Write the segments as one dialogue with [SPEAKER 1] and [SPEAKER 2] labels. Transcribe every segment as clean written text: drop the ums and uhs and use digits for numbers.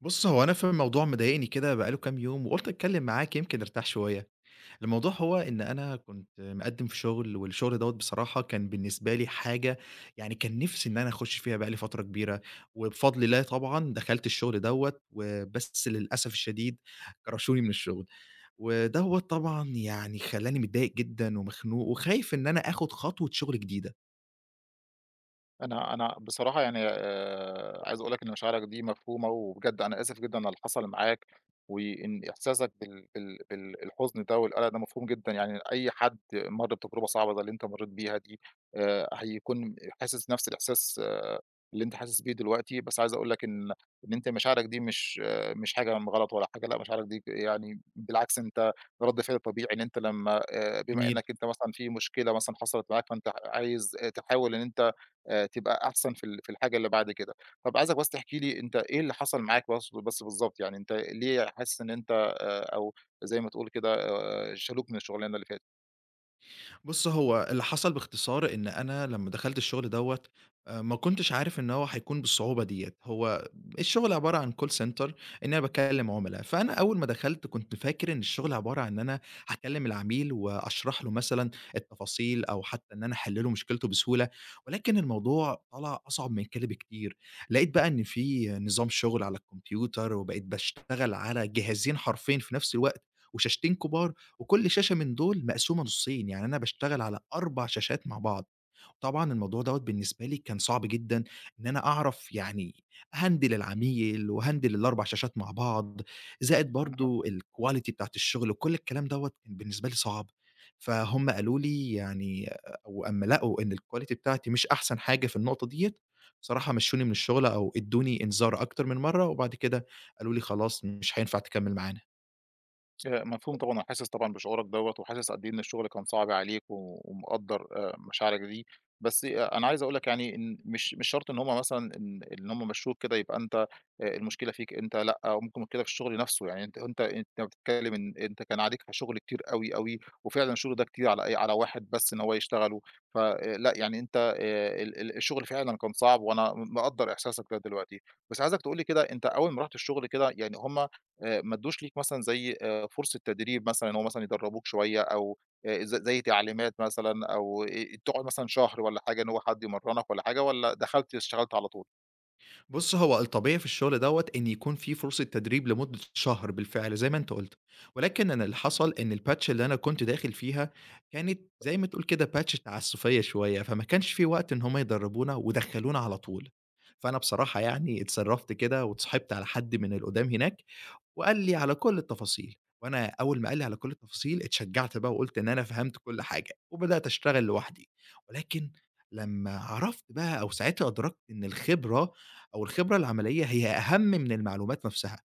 [SPEAKER 1] بُص، هو أنا في موضوع مضايقني كده بقى له كام يوم، وقُلت أتكلم معاك يمكن أرتاح شوية. الموضوع هو إن أنا كنت مقدم في شغل، والشغل دوّة بصراحة كان بالنسبة لي حاجة يعني كان نفسي إن أنا أخش فيها بقى لي فترة كبيرة، وبفضل الله طبعًا دخلت الشغل دوّة، وبس للأسف الشديد كرشوني من الشغل، ودوّة طبعًا يعني خلّاني متضايق جدًا ومخنوق، وخايف إن أنا آخد خطوة شغل جديدة.
[SPEAKER 2] أنا بصراحة يعني عايز أقول لك إن مشاعرك دي مفهومة، وبجد أنا آسف جدًا على اللي حصل معاك، وإن إحساسك بال الحزن ده والقلق ده مفهوم جدًا، يعني أي حد مَر بتجربة صعبة زي اللي أنت مرّيت بيها دي هيكون حاسس نفس الإحساس اللي أنت حاسس بيه دلوقتي. بس عايز أقول لك إن أنت مشاعرك دي مش حاجة غلط ولا حاجة، لأ، مشاعرك دي يعني بالعكس أنت رد فعل طبيعي. إن أنت لمّا بما إنّك أنت مثلًا في مشكلة مثلًا حصلت معاك، فأنت عايز تحاول إن أنت تبقى أحسن في ال في الحاجة اللي بعد كده. طَب عايزك بس تحكي لي أنت إيه اللي حصل معاك بس بالضبط، يعني أنت ليه حاسس إن أنت أو زي ما تقول كده شالوك من الشغلانة اللي
[SPEAKER 1] بُص، هو اللي حصل باختصار إن أنا لمّا دخلت الشغل دوّة ما كنتش عارف إن هو هيكون بالصعوبة ديّة، هو الشغل عبارة عن call center إن أنا باكلّم عُملا، فأنا أول ما دخلت كنت فاكر إن الشغل عبارة عن إن أنا هاكلّم العميل وأشرح له مثلًا التفاصيل أو حتّى إن أنا أحل له مشكلته بسهولة، ولكن الموضوع طلع أصعب من كده بكتير. لقيت بقى إن في نظام شغل على الكمبيوتر وبقيت باشتغل على جهازين حرفيًا في نفس الوقت، وشاشتين كُبار. وكل شاشة من دول مقسومة نُصّين، يعني أنا باشتغل على 4 شاشات مع بعض. طبعًا الموضوع دوّة بالنسبة لي كان صعب جدًا، إن أنا أعرف يعني أهندل العميل وأهندل ال4 شاشات مع بعض، زائد برضه
[SPEAKER 2] فاتت؟
[SPEAKER 1] الquality بتاعة الشغل وكل الكلام دوّة كان بالنسبة لي صعب. فهُم قالوا لي يعني أو أمّا لقوا إن الquality بتاعتي مش أحسن حاجة في النقطة ديّة، بصراحة مشّوني من الشغل أو ادّوني إنذار أكتر من مرّة، وبعد كده قالوا لي خلاص مش هينفع تكمّل معانا.
[SPEAKER 2] مفهوم طبعًا، وحاسس طبعًا بشعورك دوّة، وحاسس قد إيه إن الشغل كان صعب عليك، و ومقدّر مشاعرك دي. بس أنا عايز أقول لك يعني إن مش شرط إن هم مثلًا إن هم مشّوك كده يبقى أنت المشكلة فيك أنت، لأ. أو ممكن المشكلة في الشغل نَفْسه، يعني أنت بتتكلّم إن أنت كان عليك شغل كتير أوي، أوي، وفعلًا الشغل ده كتير على أي على واحد بس إن هو يشتغله. ف لأ، يعني أنت ال ال الشغل فعلًا كان صعب، وأنا مقدّر إحساسك ده دلوقتي. بس عايزك تقول لي كده، أنت أول ما رُحت الشغل كده يعني هم ما ادّوش ليك مثلًا زي فرصة تدريب مثلًا، إن هو مثلًا يدرّبوك شوية؟ أو زي تعليمات مثلًا؟ أو تقعد مثلًا شهر والّا حاجة إن هو حد يمرّنك والّا حاجة، والّا دخلت اشتغلت على طول؟
[SPEAKER 1] بُص، هو الطبيعي في الشغل دوّة إن يكون في فرصة تدريب لمدة شهر بالفعل زي ما أنت قُلت، ولكن أنا اللي حصل إن الpatch اللي أنا كنت داخل فيها كانت زي ما تقول كده patch تعسُّفية شوية، فما كانش في وقت إن هم يدربونا ودخلونا على طول. فأنا بصراحة يعني اتصرّفت كده واتصاحبت على حد من القُدام هناك وقال لي على كل التفاصيل، وأنا أول ما قال لي على كل التفاصيل اتشجعت بقى وقُلت إن أنا فهمت كل حاجة، وبدأت أشتغل لوحدي. ولكن لمّا عرفت بقى أو ساعتها أدركت إن الخبرة أو الخبرة العملية هي أهم من المعلومات نفسها.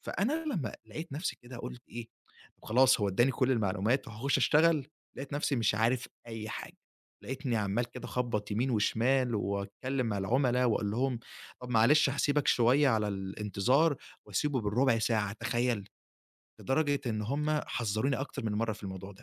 [SPEAKER 1] فأنا لمّا لقيت نفسي كده قُلت إيه، طب خلاص هو ادّاني كل المعلومات وهاخش أشتغل، لقيت نفسي مش عارف أي حاجة. لقيتني عمّال كده أخبّط يمين وشمال وأتكلّم مع العُملا وأقول لهم طب معلش هاسيبك شوية على الانتظار، وأسيبه بالرُبع ساعة تخيّل! لدرجة إن هم حذّروني أكتر من مرّة في الموضوع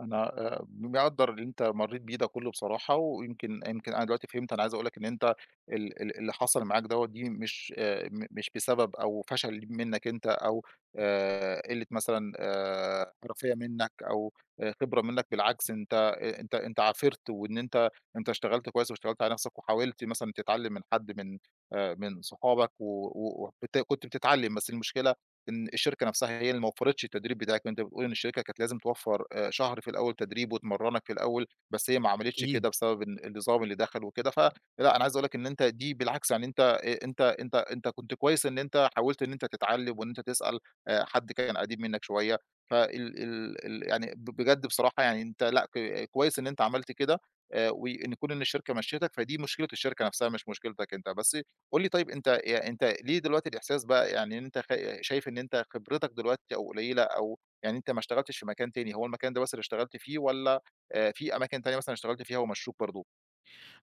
[SPEAKER 2] أنا مقدّر اللي أنت مرّيت بيه ده كُلّه بصراحة، ويمكن يمكن أنا دلوقتي فهمت. أنا عايز أقول لك إن أنت ال ال اللي حصل معاك دوّة دي مش بسبب أو فشل منّك أنت، أو قِلّة مثلًا حرفية منّك، أو خبرة منّك. بالعكس، أنت عافرت، وإن أنت اشتغلت كويس، واشتغلت على نَفْسك، وحاولت مثلًا تتعلّم من حد، من صحابك، و كنت بتتعلّم. بس المشكلة إن الشركة نفسها هي اللي ما وفّرِتش التدريب بتاعِك، وأنت بتقول إن الشركة كانت لازم توفّر شهر في الأول تدريب وتمرّنك في الأول، بس هي ما عملتش
[SPEAKER 1] ده.
[SPEAKER 2] كده بسبب إن النظام اللي دخل وكده، فلأ. أنا عايز أقول لك إن أنت دي بالعكس، يعني أنت كنت كويس إن أنت حاولت إن أنت تتعلّم، وإن أنت تسأل حد كان قديم منّك شوية. فال ال ال يعني بجد بصراحة، يعني أنت لأ، كويس إن أنت عملت كده، وإن كون إن الشركة مشّيتك، فدي مشكلة الشركة نفسها، مش مشكلتك أنت. بس قُل لي طيب، أنت ليه دلوقتي الإحساس بقى، يعني إن أنت شايف إن أنت خبرتك دلوقتي أو قليلة، أو يعني أنت ما اشتغلتش في مكان تاني، هو المكان ده بس اللي اشتغلت فيه، والّا في أماكن تانية مثلًا اشتغلت فيها ومشّوك برضه؟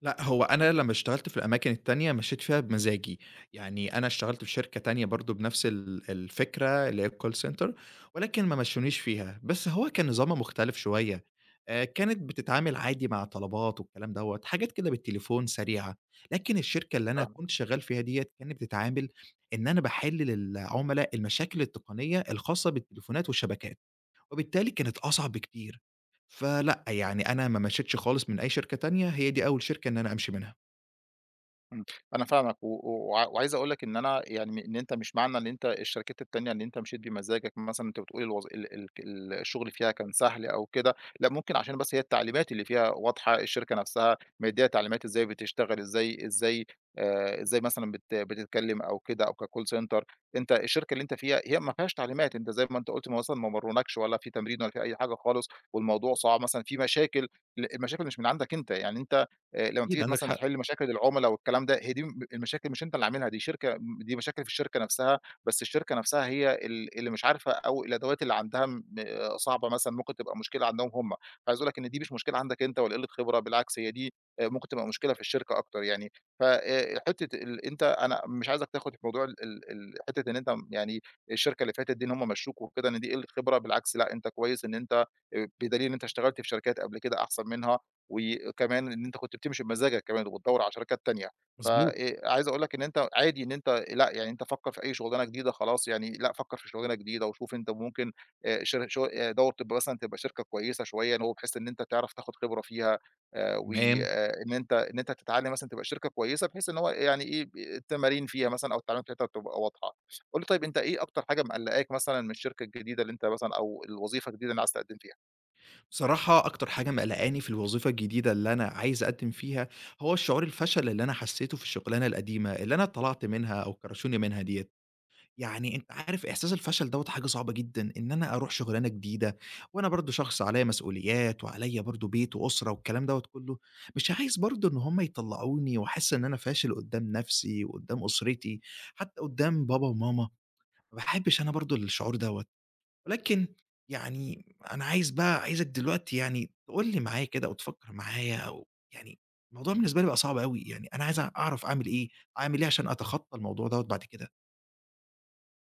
[SPEAKER 1] لأ، هو أنا لمّا اشتغلت في الأماكن التانية مشيت فيها بمزاجي، يعني أنا اشتغلت في شركة تانية برضه بنفس الفكرة اللي هي الcall center، ولكن ما مشّونيش فيها، بس هو كان نظامها مختلف شوية. كانت بتتعامل عادي مع طلبات والكلام دوّة، حاجات كده بالتليفون سريعة، لكن الشركة اللي أنا كنت شغال فيها ديّة كانت بتتعامل إن أنا باحل للعُملا المشاكل التقنية الخاصة بالتليفونات والشبكات. وبالتالي كانت أصعب بكتير. فلأ، يعني أنا ما مشيتش خالص من أي شركة تانية، هي دي أول شركة إن أنا أمشي منها.
[SPEAKER 2] إمم. أنا فاهمك، و وع وعايز أقول لك إن أنا يعني إن أنت مش معنى إن أنت الشركات التانية إن أنت مشيت بمزاجك، مثلًا أنت بتقول الوظ ال ال ال الشغل فيها كان سهل أو كده، لأ. ممكن عشان بس هي التعليمات اللي فيها واضحة، الشركة نفسها مديّة تعليمات إزاي بتشتغل، إزاي إزاي مثلًا بتتكلم أو كده، أو كcall center. أنت الشركة اللي أنت فيها هي ما فيهاش تعليمات، أنت زي ما أنت قُلت ما مرّونكش، ولا في تمرين، ولا في أي حاجة خالص، والموضوع صعب مثلًا في مشاكل. المشاكل مش من عندك أنت، يعني أنت لمّا
[SPEAKER 1] أكيد
[SPEAKER 2] بتيجي
[SPEAKER 1] عندك
[SPEAKER 2] مثلًا
[SPEAKER 1] حق،
[SPEAKER 2] تحل مشاكل العُملا والكلام ده، هي دي المشاكل مش أنت اللي عاملها، دي شركة م دي مشاكل في الشركة نفسها. بس الشركة نفسها هي اللي مش عارفة، أو الأدوات اللي عندها م آه، صعبة مثلًا، ممكن تبقى مشكلة عندهم هم. فعايز أقول لك إن دي مش مشكلة عندك أنت، ولا قِلّة خبرة، بالعكس هي دي ممكن تبقى مشكلة في الشركة أكتر يعني. ف حتّة ال أنت أنا مش عايزك تاخُد في موضوع ال ال ال حتّة إن أنت يعني الشركة اللي فاتت دي، إن هم مشّوك وكده، إن دي قِلّة خبرة. بالعكس، لأ، أنت كويس إن أنت، بدليل إن أنت اشتغلت في شركات قبل كده أحسن منها، وكمان إن أنت كنت بتمشي بمزاجك كمان وبتدوّر على شركات تانية.
[SPEAKER 1] مضبوط،
[SPEAKER 2] عايز أقول لك إن أنت عادي، إن أنت لأ، يعني أنت فكّر في أي شغلانة جديدة، خلاص. يعني لأ، فكّر في شغلانة جديدة وشوف أنت ممكن، شر شو دَوّر تبقى مثلًا تبقى شركة كويسة شوية، إن هو بحيث إن أنت تعرف تاخد خبرة فيها، و
[SPEAKER 1] تمام.
[SPEAKER 2] آآ إن أنت تتعلّم مثلًا، تبقى شركة كويسة بحيث إن هو يعني إيه، التمارين فيها مثلًا، أو التعليمات بتاعتها تبقى واضحة. قُل لي طيب، أنت إيه أكتر حاجة مقلّقاك مثلًا من الشركة الجديدة اللي أنت مثلًا، أو الوظيفة الجديدة اللي عايز تقدّم فيها؟
[SPEAKER 1] بصراحة أكتر حاجة مقلقاني في الوظيفة الجديدة اللي أنا عايز أقدّم فيها، هو شعور الفشل اللي أنا حسّيته في الشغلانة القديمة، اللي أنا طلعت منها أو كرشوني منها ديّة. يعني أنت عارف إحساس الفشل دوّة حاجة صعبة جدًا، إن أنا أروح شغلانة جديدة وأنا برضه شخص عليّا مسؤوليات وعليّا برضه بيت وأسرة والكلام دوّة كُلّه، مش عايز برضه إن هم يطلّعوني وأحس إن أنا فاشل قدّام نَفْسي وقدّام أسرتي، حتّى قدّام بابا وماما، ما باحبّش أنا برضه الشعور دوّة. ولكن يعني أنا عايز بقى عايزك دلوقتي يعني تقول لي معايا كده أو تفكّر معايا أو يعني الموضوع بالنسبة لي بقى صعب أوي، يعني أنا عايز أعرف أعمل إيه، أعمل إيه عشان أتخطّى الموضوع دوّة بعد كده؟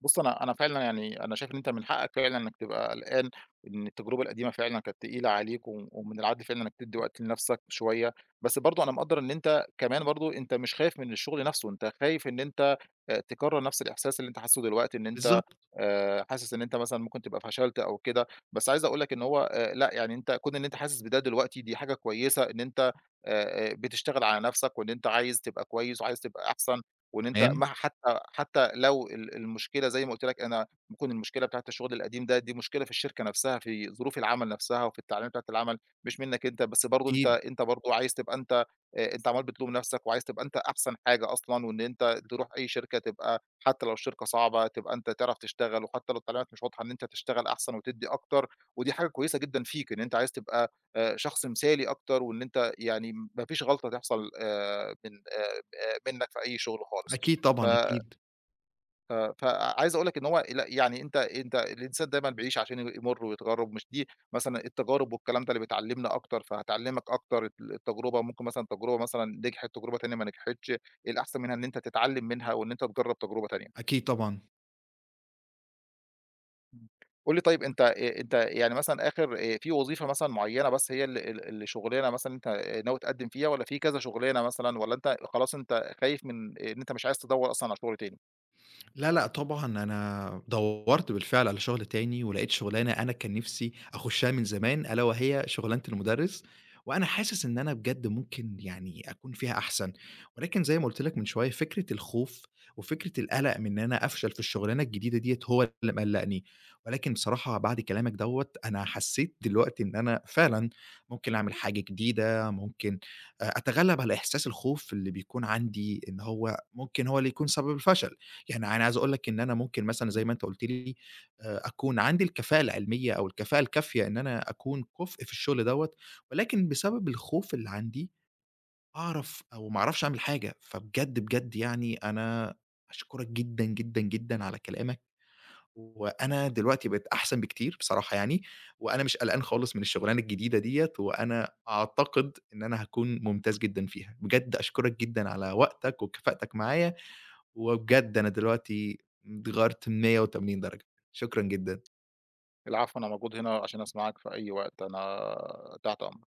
[SPEAKER 2] بُص، أنا فعلًا يعني أنا شايف إن أنت من حقك فعلًا إنك تبقى قلقان، إن التجربة القديمة فعلًا كانت تقيلة عليك، ومن العدل فعلًا إنك تدّي وقت لنفسك شوية. بس برضه أنا مقدّر إن أنت كمان، برضه أنت مش خايف من الشغل نفسه، أنت خايف إن أنت تكرّر نفس الإحساس اللي أنت حاسُّه دلوقتي، إن أنت
[SPEAKER 1] بالضبط.
[SPEAKER 2] حاسس إن أنت مثلًا ممكن تبقى فشلت أو كده. بس عايز أقول لك إن هو لأ، يعني أنت كون إن أنت حاسس بده دلوقتي دي حاجة كويسة، إن أنت بتشتغل على نفسك، وإن أنت عايز تبقى كويس وعايز تبقى أحسن. وإن أنت
[SPEAKER 1] تمام.
[SPEAKER 2] حتى لو المشكلة، زي ما قُلت لك أنا، ممكن المشكلة بتاعة الشغل القديم ده دي مشكلة في الشركة نفسها، في ظروف العمل نفسها وفي التعليمات بتاعة العمل، مش منّك أنت. بس برضه أنت
[SPEAKER 1] أكيد،
[SPEAKER 2] أنت برضه عايز تبقى أنت عمّال بتلوم نفسك، وعايز تبقى أنت أحسن حاجة أصلًا، وإن أنت تروح أي شركة، تبقى حتى لو الشركة صعبة تبقى أنت تعرف تشتغل، وحتى لو التعليمات مش واضحة إن أنت تشتغل أحسن وتدّي أكتر. ودي حاجة كويسة جدًا فيك، إن أنت عايز تبقى شخص مثالي أكتر، وإن أنت يعني ما فيش غلطة تحصل من منّك في أي شغل خالص.
[SPEAKER 1] أكيد
[SPEAKER 2] ف
[SPEAKER 1] طبعًا، أكيد،
[SPEAKER 2] ف فعايز أقول لك إن هو لأ، يعني أنت الإنسان دايمًا بيعيش عشان يمُر ويتغرّب، مش دي مثلًا التجارب والكلام ده اللي بتعلّمنا أكتر، فهتعلّمك أكتر التجربة. ممكن مثلًا تجربة مثلًا نجحت، تجربة تانية ما نجحتش، إيه الأحسن منها؟ إن أنت تتعلّم منها، وإن أنت تجرّب تجربة تانية.
[SPEAKER 1] أكيد طبعًا.
[SPEAKER 2] إمم. قُل لي طيب، أنت يعني مثلًا آخر في وظيفة مثلًا معيّنة، بس هي ال ال اللي شُغلانة مثلًا أنت ناوي تقدّم فيها، والّا في كذا شُغلانة مثلًا، والّا أنت خلاص أنت خايف من إن أنت مش عايز تدوّر أصلًا على شُغل تاني؟
[SPEAKER 1] لا، لأ، طبعًا أنا دَوّرت بالفعل على شغل تاني، ولقيت شغلانة أنا كان نِفْسي أخُشّها من زمان، ألا وهي شغلانة المُدرِّس، وأنا حاسس إن أنا بجد ممكن يعني أكون فيها أحسن. ولكن زي ما قُلت لك من شوية فكرة الخوف وفكرة القَلَق من إن أنا أفشل في الشغلانة الجديدة ديّة هو اللي مقلّقني. ولكن بصراحة بعد كلامك دَوّة أنا حسّيت دلوقتي إن أنا فعلًا ممكن أعمل حاجة جديدة، ممكن أتغلّب على إحساس الخوف اللي بيكون عندي إن هو ممكن هو اللي يكون سبب الفشل. يعني أنا عايز أقول لك إن أنا ممكن مثلًا زي ما أنت قُلت لي أكون عندي الكفاءة العلمية أو الكفاءة الكافية إن أنا أكون كُفء في الشغل دوّة، ولكن بسبب الخوف اللي عندي أعرف أو ما أعرفش أعمل حاجة. فبجد، بجد يعني أنا أشكرك جدًا، جدًا، جدًا على كلامك، وأنا دلوقتي بقيت أحسن بكتير بصراحة يعني، وأنا مش قلقان خالص من الشغلانة الجديدة ديّة، وأنا أعتقد إن أنا هاكون ممتاز جدًا فيها. بجد أشكرك جدًا على وقتك وكفاءتك معايا، وبجد أنا دلوقتي اتغيّرت 180 درجة. شكرًا جدًا.
[SPEAKER 2] العفو، أنا موجود هنا عشان أسمعك في أي وقت، أنا تحت أمرك.